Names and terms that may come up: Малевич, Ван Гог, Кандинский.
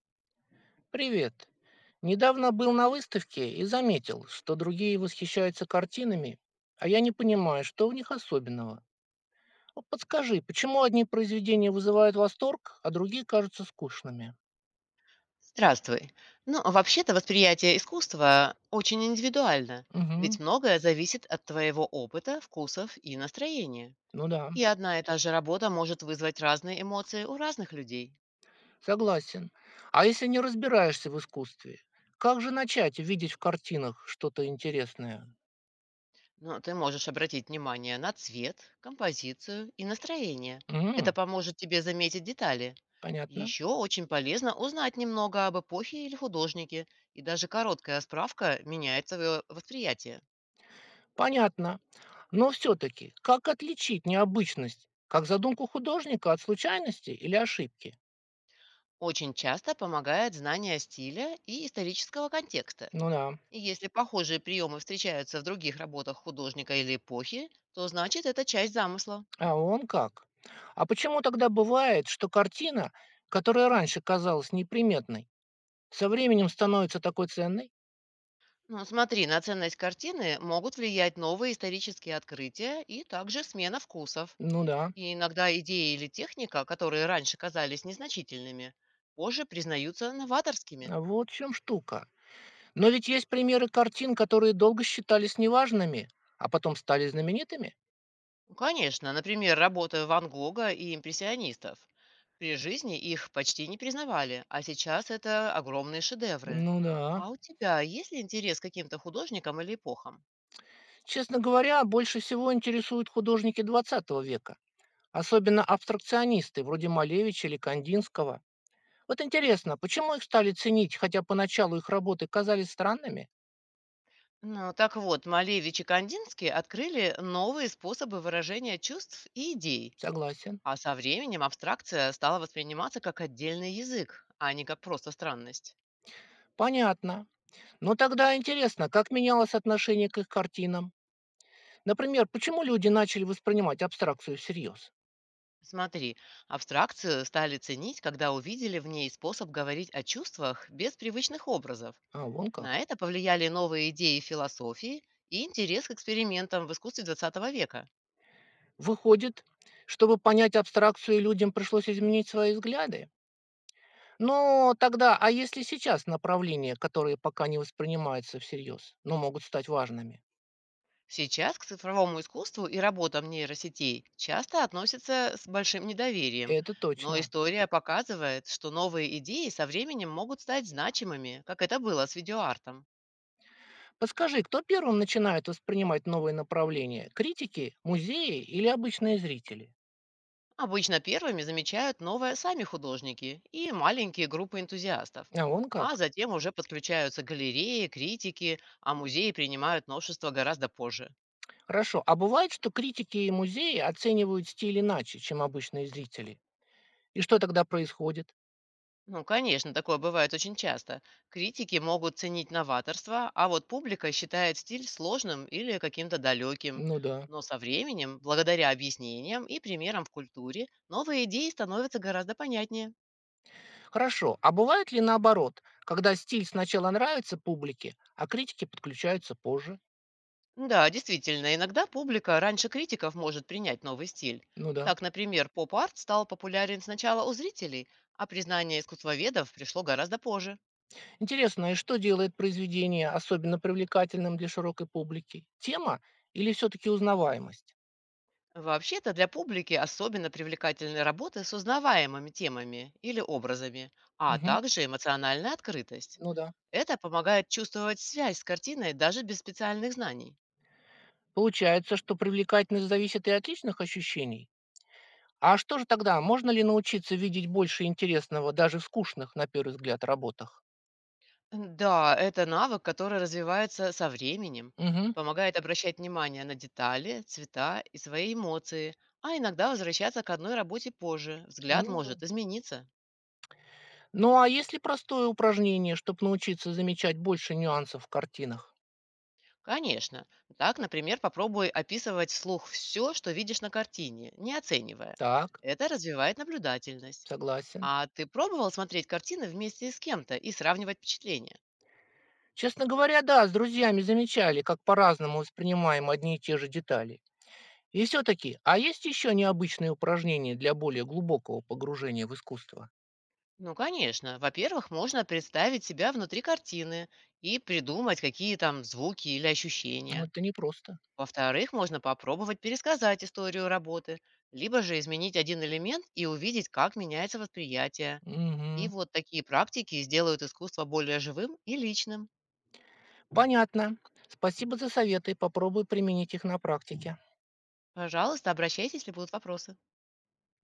Привет. Недавно был на выставке и заметил, что другие восхищаются картинами, а я не понимаю, что в них особенного. Вот, подскажи, почему одни произведения вызывают восторг, а другие кажутся скучными? Здравствуй. Ну, вообще-то восприятие искусства очень индивидуально, Угу, ведь многое зависит от твоего опыта, вкусов и настроения. ну да, И одна и та же работа может вызвать разные эмоции у разных людей. согласен. А если не разбираешься в искусстве, как же начать видеть в картинах что-то интересное? Но ты можешь обратить внимание на цвет, композицию и настроение. Это М, поможет тебе заметить детали. понятно. Еще очень полезно узнать немного об эпохе или художнике, и даже короткая справка меняет твое восприятие. Понятно. Но все-таки, как отличить необычность, как задумку художника от случайности или ошибки? Очень часто помогает знание стиля и исторического контекста. Ну да. И если похожие приемы встречаются в других работах художника или эпохи, то значит это часть замысла. А он как. А почему тогда бывает, что картина, которая раньше казалась неприметной, со временем становится такой ценной? Ну, смотри, на ценность картины могут влиять новые исторические открытия и также смена вкусов. Ну да, И иногда идеи или техника, которые раньше казались незначительными, позже признаются новаторскими. а вот в чем штука. Но ведь есть примеры картин, которые долго считались неважными, а потом стали знаменитыми? Ну, конечно, например, работы Ван Гога и импрессионистов. При жизни их почти не признавали, а сейчас это огромные шедевры. Ну да. А у тебя есть ли интерес к каким-то художникам или эпохам? Честно говоря, больше всего интересуют художники 20 века, особенно абстракционисты вроде Малевича или Кандинского. Вот интересно, почему их стали ценить, хотя поначалу их работы казались странными? Ну, так вот, Малевич и Кандинский открыли новые способы выражения чувств и идей. Согласен. А со временем абстракция стала восприниматься как отдельный язык, а не как просто странность. Понятно. Но тогда интересно, как менялось отношение к их картинам? Например, почему люди начали воспринимать абстракцию всерьез? Смотри, абстракцию стали ценить, когда увидели в ней способ говорить о чувствах без привычных образов. А, вон На как. это повлияли новые идеи философии и интерес к экспериментам в искусстве XX века. Выходит, чтобы понять абстракцию, людям пришлось изменить свои взгляды. Но тогда, а если сейчас направления, которые пока не воспринимаются всерьез, но могут стать важными? Сейчас к цифровому искусству и работам нейросетей часто относятся с большим недоверием, Это но точно. история показывает, что новые идеи со временем могут стать значимыми, как это было с видеоартом. Подскажи, кто первым начинает воспринимать новые направления? Критики, музеи или обычные зрители? Обычно первыми замечают новое сами художники и маленькие группы энтузиастов, А вон как. а затем уже подключаются галереи, критики, а музеи принимают новшества гораздо позже. Хорошо. А бывает, что критики и музеи оценивают стиль иначе, чем обычные зрители? И что тогда происходит? Ну, конечно, такое бывает очень часто. Критики могут ценить новаторство, а вот публика считает стиль сложным или каким-то далеким. Ну да. Но со временем, благодаря объяснениям и примерам в культуре, новые идеи становятся гораздо понятнее. Хорошо. А бывает ли наоборот, когда стиль сначала нравится публике, а критики подключаются позже? Да, действительно, иногда публика раньше критиков может принять новый стиль. Ну да. Так, например, поп-арт стал популярен сначала у зрителей, а признание искусствоведов пришло гораздо позже. Интересно, и что делает произведение особенно привлекательным для широкой публики? Тема или все-таки узнаваемость? Вообще-то для публики особенно привлекательны работы с узнаваемыми темами или образами, а Мгм. также эмоциональная открытость. Ну да. Это помогает чувствовать связь с картиной даже без специальных знаний. Получается, что привлекательность зависит и от личных ощущений. А что же тогда, можно ли научиться видеть больше интересного даже в скучных, на первый взгляд, работах? Да, это навык, который развивается со временем, Мгм. помогает обращать внимание на детали, цвета и свои эмоции, а иногда возвращаться к одной работе позже. Взгляд М. может измениться. Ну а есть ли простое упражнение, чтобы научиться замечать больше нюансов в картинах? Конечно. Так, например, попробуй описывать вслух все, что видишь на картине, не оценивая. Так, Это развивает наблюдательность. согласен. А ты пробовал смотреть картины вместе с кем-то и сравнивать впечатления? Честно говоря, да, с друзьями замечали, как по-разному воспринимаем одни и те же детали. И все-таки, а есть еще необычные упражнения для более глубокого погружения в искусство? Ну, конечно. Во-первых, можно представить себя внутри картины и придумать, какие там звуки или Ну, ощущения. это непросто. Во-вторых, можно попробовать пересказать историю работы, либо же изменить один элемент и увидеть, как меняется восприятие. И Мгм. вот такие практики сделают искусство более живым и личным. Понятно. Спасибо за советы. Попробую применить их на практике. Пожалуйста, обращайтесь, если будут вопросы.